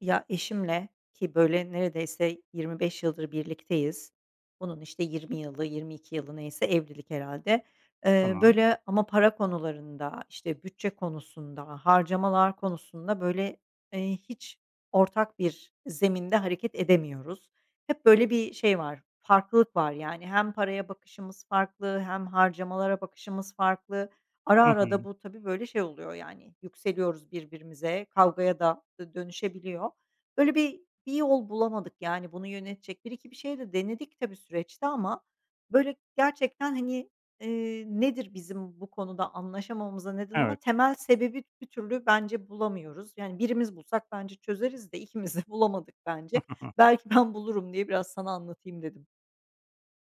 Ya, eşimle ki böyle neredeyse 25 yıldır birlikteyiz. Bunun işte 20 yılı, 22 yılı neyse evlilik herhalde. Tamam. Böyle ama para konularında, işte bütçe konusunda, harcamalar konusunda hiç ortak bir zeminde hareket edemiyoruz. Hep böyle bir şey var, farklılık var yani. Hem paraya bakışımız farklı hem harcamalara bakışımız farklı. Ara Hı hı. ara da bu tabii, böyle, şey oluyor, yani, yükseliyoruz birbirimize, kavgaya da dönüşebiliyor. Böyle bir yol bulamadık, yani, bunu yönetecek. 1-2 bir şey de denedik tabii süreçte ama, böyle, gerçekten, hani, nedir bizim bu konuda anlaşamamamıza neden Evet. olan temel sebebi bir türlü bence bulamıyoruz. Yani, birimiz bulsak bence çözeriz de ikimiz de bulamadık bence. Belki ben bulurum diye biraz sana anlatayım dedim.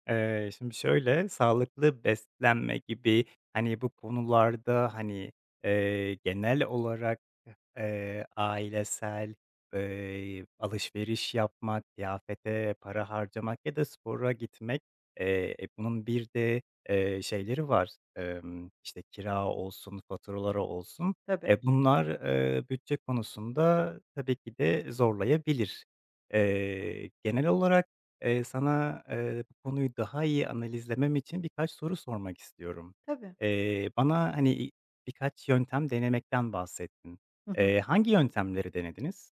Şimdi şöyle, sağlıklı beslenme gibi, hani, bu konularda, genel olarak, ailesel, alışveriş yapmak, kıyafete para harcamak ya da spora gitmek, bunun bir de, şeyleri var, işte, kira olsun, faturaları olsun. Tabii, E, bunlar, bütçe konusunda tabii ki de zorlayabilir. Genel olarak Sana, bu konuyu daha iyi analizlemem için birkaç soru sormak istiyorum. tabii. Bana, hani, i birkaç yöntem denemekten bahsettin. Hı hı. Hangi yöntemleri denediniz?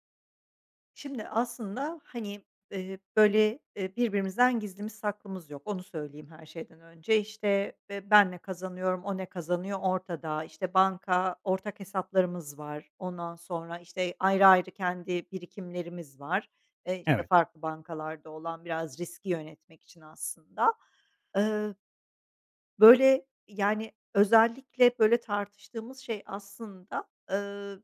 Şimdi aslında, hani, birbirimizden gizlimiz saklımız yok, onu söyleyeyim her şeyden önce. İşte, ben ne kazanıyorum, o ne kazanıyor ortada. İşte, banka ortak hesaplarımız var. Ondan sonra, işte, ayrı ayrı kendi birikimlerimiz var. İşte, Evet. farklı bankalarda olan biraz riski yönetmek için aslında. Böyle, yani, özellikle, böyle, tartıştığımız şey aslında, eee,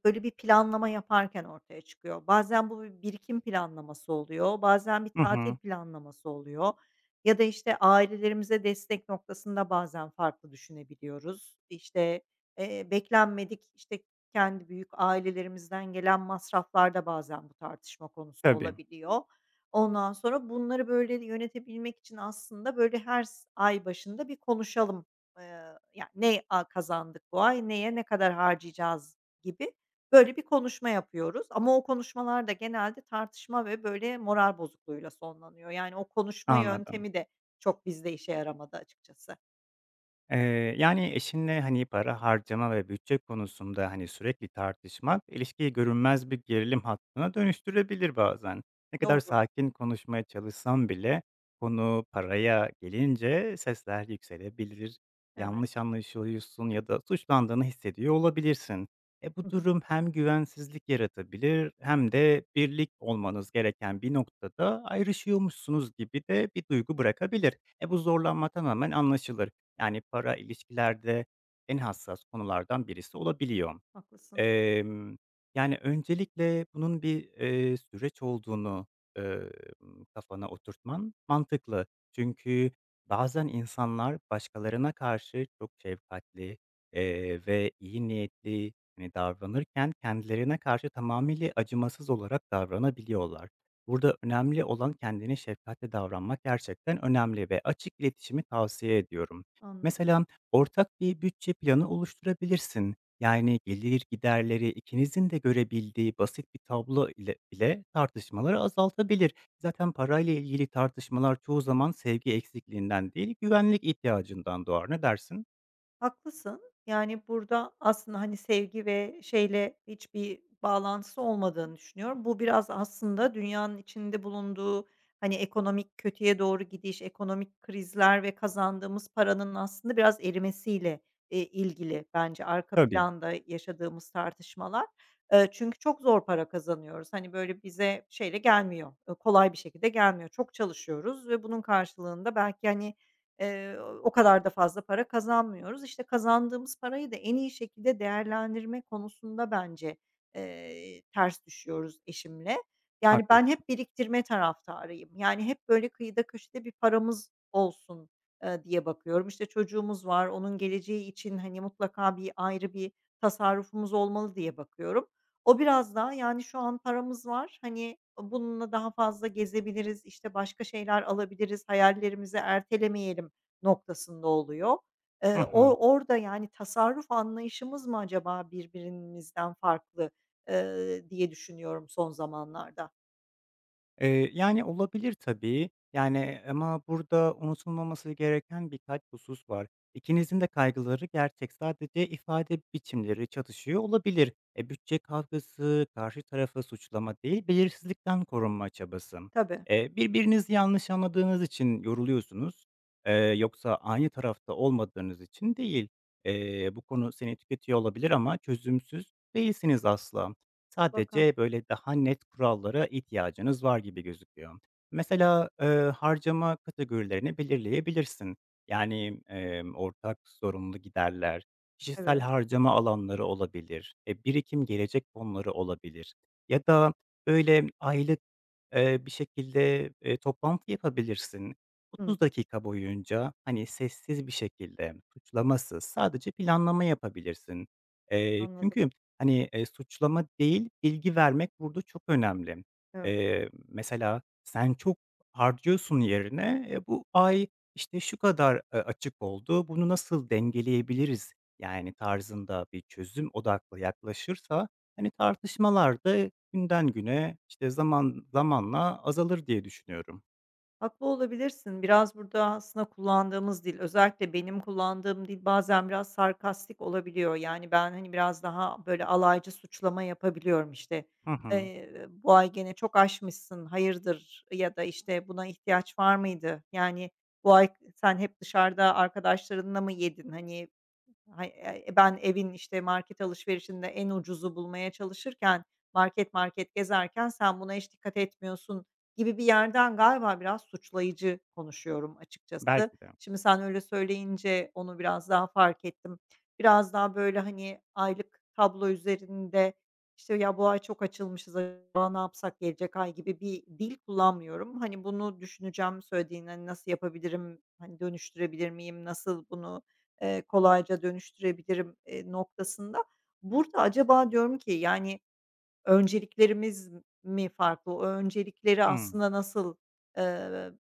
böyle, bir planlama yaparken ortaya çıkıyor. Bazen bu bir birikim planlaması oluyor, bazen bir Hı tatil hı. planlaması oluyor ya da, işte, ailelerimize destek noktasında bazen farklı düşünebiliyoruz. İşte, beklenmedik, işte, kendi büyük ailelerimizden gelen masraflarda bazen bu tartışma konusu Tabii, olabiliyor. Ondan sonra bunları, böyle, yönetebilmek için aslında, böyle, her ay başında bir konuşalım. Eee, Ya, ne kazandık bu ay, neye ne kadar harcayacağız gibi, böyle, bir konuşma yapıyoruz ama o konuşmalar da genelde tartışma ve, böyle, moral bozukluğuyla sonlanıyor. Yani o konuşma anladım. yöntemi de çok bizde işe yaramadı açıkçası. Yani, eşinle, hani, para harcama ve bütçe konusunda, hani, sürekli tartışmak ilişkiyi görünmez bir gerilim hattına dönüştürebilir bazen. Ne kadar Doğru. sakin konuşmaya çalışsam bile konu paraya gelince sesler yükselebilir. Evet. Yanlış anlaşılıyorsun ya da suçlandığını hissediyor olabilirsin. E, Hı bu hı. durum hem güvensizlik yaratabilir hem de birlik olmanız gereken bir noktada ayrışıyormuşsunuz gibi de bir duygu bırakabilir. E, bu zorlanma tamamen anlaşılır. Yani para ilişkilerde en hassas konulardan birisi olabiliyor. Haklısın. Emm, yani, öncelikle bunun bir, süreç olduğunu, eee, kafana oturtman mantıklı. Çünkü bazen insanlar başkalarına karşı çok şefkatli, ve iyi niyetli, hani, davranırken kendilerine karşı tamamıyla acımasız olarak davranabiliyorlar. Burada önemli olan kendine şefkatle davranmak gerçekten önemli ve açık iletişimi tavsiye ediyorum. Anladım. Mesela ortak bir bütçe planı oluşturabilirsin. Yani, gelir giderleri ikinizin de görebildiği basit bir tablo ile bile tartışmaları azaltabilir. Zaten parayla ilgili tartışmalar çoğu zaman sevgi eksikliğinden değil, güvenlik ihtiyacından doğar. Ne dersin? Haklısın. Yani, burada aslında, hani, sevgi ve şeyle hiçbir bağlantısı olmadığını düşünüyorum. Bu biraz aslında dünyanın içinde bulunduğu, hani, ekonomik kötüye doğru gidiş, ekonomik krizler ve kazandığımız paranın aslında biraz erimesiyle, ilgili bence arka Tabii, planda yaşadığımız tartışmalar. Çünkü çok zor para kazanıyoruz. Hani, böyle, bize şeyle gelmiyor, kolay bir şekilde gelmiyor. Çok çalışıyoruz ve bunun karşılığında belki, hani, o kadar da fazla para kazanmıyoruz. İşte, kazandığımız parayı da en iyi şekilde değerlendirme konusunda bence, ters düşüyoruz eşimle. Yani, ben haklısın. hep biriktirme taraftarıyım. Yani, hep böyle kıyıda köşede bir paramız olsun, diye bakıyorum. İşte, çocuğumuz var, onun geleceği için, hani, mutlaka ayrı bir tasarrufumuz olmalı diye bakıyorum. O biraz daha, yani, şu an paramız var, hani, bununla daha fazla gezebiliriz, işte, başka şeyler alabiliriz, hayallerimizi ertelemeyelim noktasında oluyor. Hı hı. O orada, yani, tasarruf anlayışımız mı acaba birbirimizden farklı, diye düşünüyorum son zamanlarda. Yani, olabilir tabii. Yani, ama burada unutulmaması gereken birkaç husus var. İkinizin de kaygıları gerçek. Sadece ifade biçimleri çatışıyor olabilir. E, bütçe kavgası, karşı tarafı suçlama değil, belirsizlikten korunma çabası. Tabii, Birbirinizi yanlış anladığınız için yoruluyorsunuz, yoksa aynı tarafta olmadığınız için değil. Bu konu seni tüketiyor olabilir ama çözümsüz değilsiniz asla. mutlaka. Sadece, böyle, daha net kurallara ihtiyacınız var gibi gözüküyor. Mesela, harcama kategorilerini belirleyebilirsin. Yani, ortak sorumlu giderler, kişisel Evet. harcama alanları olabilir, e, birikim gelecek fonları olabilir ya da, böyle, aylık bir şekilde, toplantı yapabilirsin. Hıı, 30 dakika boyunca, hani, sessiz bir şekilde, suçlamasız sadece planlama yapabilirsin. Anladım. Çünkü, suçlama değil, bilgi vermek burada çok önemli. Evet. Mesela sen çok harcıyorsun yerine, bu ay, işte, şu kadar, açık oldu, bunu nasıl dengeleyebiliriz, yani, tarzında bir çözüm odaklı yaklaşırsa hani, tartışmalar da günden güne, işte, zaman zamanla azalır diye düşünüyorum. Haklı olabilirsin. Biraz burada aslında kullandığımız dil, özellikle benim kullandığım dil bazen biraz sarkastik olabiliyor. Yani, ben, hani, biraz daha böyle alaycı suçlama yapabiliyorum. İşte. Hı hı. "Bu ay gene çok aşmışsın, hayırdır?" ya da, işte, "Buna ihtiyaç var mıydı?" Yani, "Bu ay sen hep dışarıda arkadaşlarınla mı yedin?" Hani, Hay ben evin, işte, market alışverişinde en ucuzu bulmaya çalışırken, market market gezerken sen buna hiç dikkat etmiyorsun gibi bir yerden galiba biraz suçlayıcı konuşuyorum açıkçası. Belki de. Şimdi sen öyle söyleyince onu biraz daha fark ettim. Biraz daha, böyle, hani, aylık tablo üzerinde, işte, "Ya, bu ay çok açılmışız, acaba ne yapsak gelecek ay?" gibi bir dil kullanmıyorum. Hani, bunu düşüneceğim söylediğin, hani, nasıl yapabilirim, hani, dönüştürebilir miyim, nasıl bunu kolayca dönüştürebilirim, noktasında. Burada acaba diyorum ki, yani, önceliklerimiz mi farklı? O öncelikleri Hımm. aslında nasıl, eee,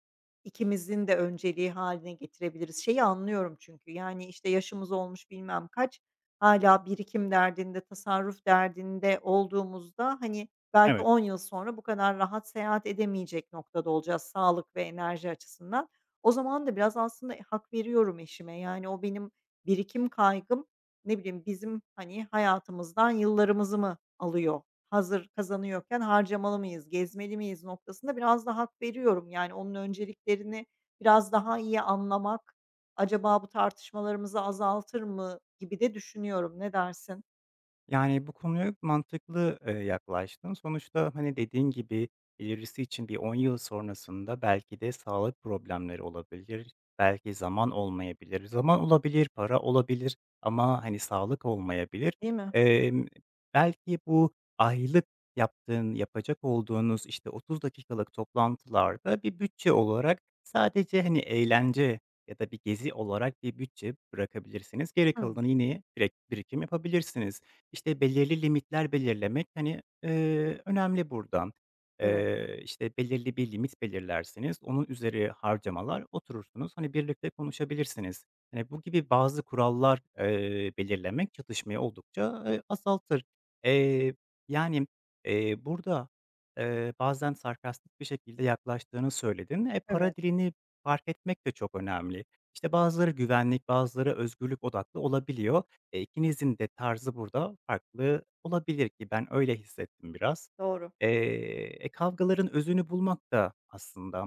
ikimizin de önceliği haline getirebiliriz? Şeyi anlıyorum çünkü, yani, işte, yaşımız olmuş bilmem kaç, hala birikim derdinde, tasarruf derdinde olduğumuzda, hani, belki Evet. 10 yıl sonra bu kadar rahat seyahat edemeyecek noktada olacağız sağlık ve enerji açısından. O zaman da biraz aslında hak veriyorum eşime. Yani, o benim birikim kaygım ne bileyim, bizim, hani, hayatımızdan yıllarımızı mı alıyor? Hazır kazanıyorken harcamalı mıyız, gezmeli miyiz noktasında biraz daha hak veriyorum. Yani, onun önceliklerini biraz daha iyi anlamak, acaba bu tartışmalarımızı azaltır mı gibi de düşünüyorum. Ne dersin? Yani, bu konuya mantıklı, yaklaştın. Sonuçta, hani, dediğin gibi ilerisi için bir 10 yıl sonrasında belki de sağlık problemleri olabilir, belki zaman olmayabilir. Zaman olabilir, para olabilir ama, hani, sağlık olmayabilir. Değil mi? Emm, belki bu aylık yaptığın, yapacak olduğunuz, işte, 30 dakikalık toplantılarda bir bütçe olarak sadece, hani, eğlence ya da bir gezi olarak bir bütçe bırakabilirsiniz. Geri Hımm. kalanı yine direkt birikim yapabilirsiniz. İşte, belirli limitler belirlemek, hani, önemli burada. Evet, İşte, belirli bir limit belirlersiniz, onun üzeri harcamalar, oturursunuz, hani, birlikte konuşabilirsiniz. Hani, bu gibi bazı kurallar, belirlemek çatışmayı oldukça, azaltır. Eee, yani, eee, burada, Bazen sarkastik bir şekilde yaklaştığını söyledin. E, evet. para dilini fark etmek de çok önemli. İşte, bazıları güvenlik, bazıları özgürlük odaklı olabiliyor. İkinizin de tarzı burada farklı olabilir ki ben öyle hissettim biraz. Doğru. E, kavgaların özünü bulmak da aslında,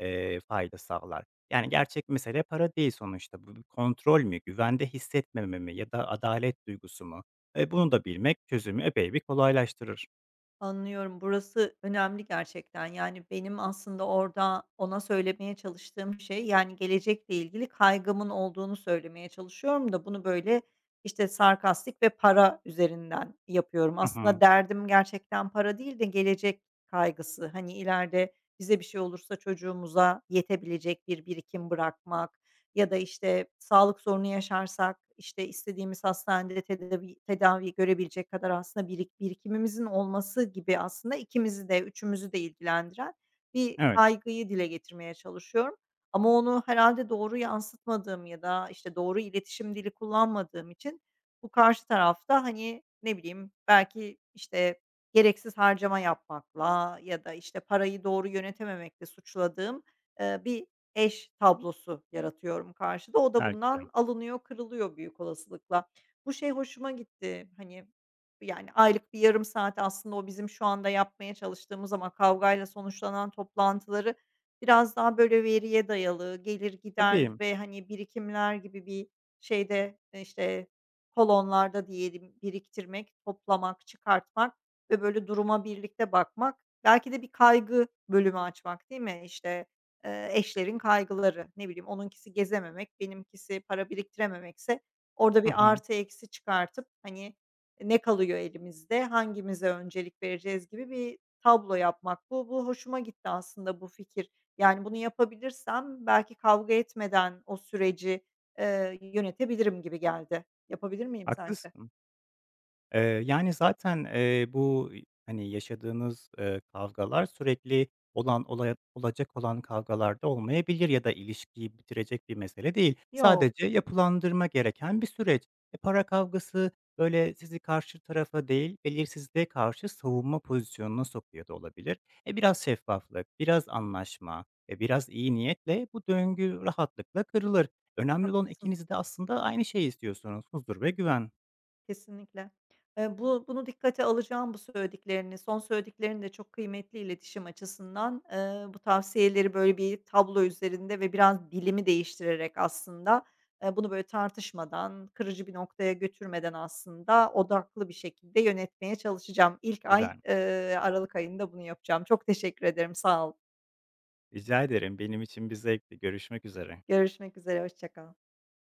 fayda sağlar. Yani gerçek mesele para değil sonuçta. Bu bir kontrol mü, güvende hissetmeme mi ya da adalet duygusu mu? E, bunu da bilmek çözümü epey bir kolaylaştırır. Anlıyorum. Burası önemli gerçekten. Yani, benim aslında orada ona söylemeye çalıştığım şey, yani, gelecekle ilgili kaygımın olduğunu söylemeye çalışıyorum da bunu, böyle, işte, sarkastik ve para üzerinden yapıyorum. Hı Aslında hı. derdim gerçekten para değil de gelecek kaygısı. Hani, ileride bize bir şey olursa çocuğumuza yetebilecek bir birikim bırakmak, ya da, işte, sağlık sorunu yaşarsak, işte, istediğimiz hastanede tedavi görebilecek kadar aslında birikimimizin olması gibi aslında ikimizi de, üçümüzü de ilgilendiren bir Evet, kaygıyı dile getirmeye çalışıyorum. Ama onu herhalde doğru yansıtmadığım ya da, işte, doğru iletişim dili kullanmadığım için bu karşı tarafta hani, ne bileyim, belki, işte, gereksiz harcama yapmakla ya da, işte, parayı doğru yönetememekle suçladığım, bir eş tablosu yaratıyorum karşıda. O da belki de. bundan alınıyor, kırılıyor büyük olasılıkla. Bu şey hoşuma gitti. Hani, yani, aylık bir yarım saat aslında o bizim şu anda yapmaya çalıştığımız ama kavgayla sonuçlanan toplantıları biraz daha böyle veriye dayalı, gelir gider Tabii. ve, hani, birikimler gibi bir şeyde, e, işte, kolonlarda diyelim biriktirmek, toplamak, çıkartmak ve böyle duruma birlikte bakmak. Belki de bir kaygı bölümü açmak, değil mi? İşte, eşlerin kaygıları, ne bileyim, onunkisi gezememek, benimkisi para biriktirememekse orada Hı bir hı. artı eksi çıkartıp, hani, ne kalıyor elimizde, hangimize öncelik vereceğiz gibi bir tablo yapmak. Bu hoşuma gitti aslında bu fikir. Yani bunu yapabilirsem belki kavga etmeden o süreci, yönetebilirim gibi geldi. Yapabilir miyim sence? Haklısın. Yani, zaten, bu, hani, yaşadığınız, kavgalar sürekli olan olaya olacak olan kavgalarda olmayabilir ya da ilişkiyi bitirecek bir mesele değil. Yok, Sadece yapılandırma gereken bir süreç. E, para kavgası, böyle, sizi karşı tarafa değil, belirsizliğe karşı savunma pozisyonuna sokuyor da olabilir. E, biraz şeffaflık, biraz anlaşma, e, biraz iyi niyetle bu döngü rahatlıkla kırılır. Önemli olan haklısın. ikiniz de aslında aynı şeyi istiyorsunuz: huzur ve güven. Kesinlikle. Bu bunu dikkate alacağım bu söylediklerini. Son söylediklerin de çok kıymetli iletişim açısından. Bu tavsiyeleri böyle bir tablo üzerinde ve biraz dilimi değiştirerek aslında, bunu böyle tartışmadan, kırıcı bir noktaya götürmeden aslında odaklı bir şekilde yönetmeye çalışacağım. İlk ay, Güzel. Aralık ayında bunu yapacağım. Çok teşekkür ederim, sağ ol. Rica ederim. Benim için bir zevkti. Görüşmek üzere. Görüşmek üzere, hoşça kal.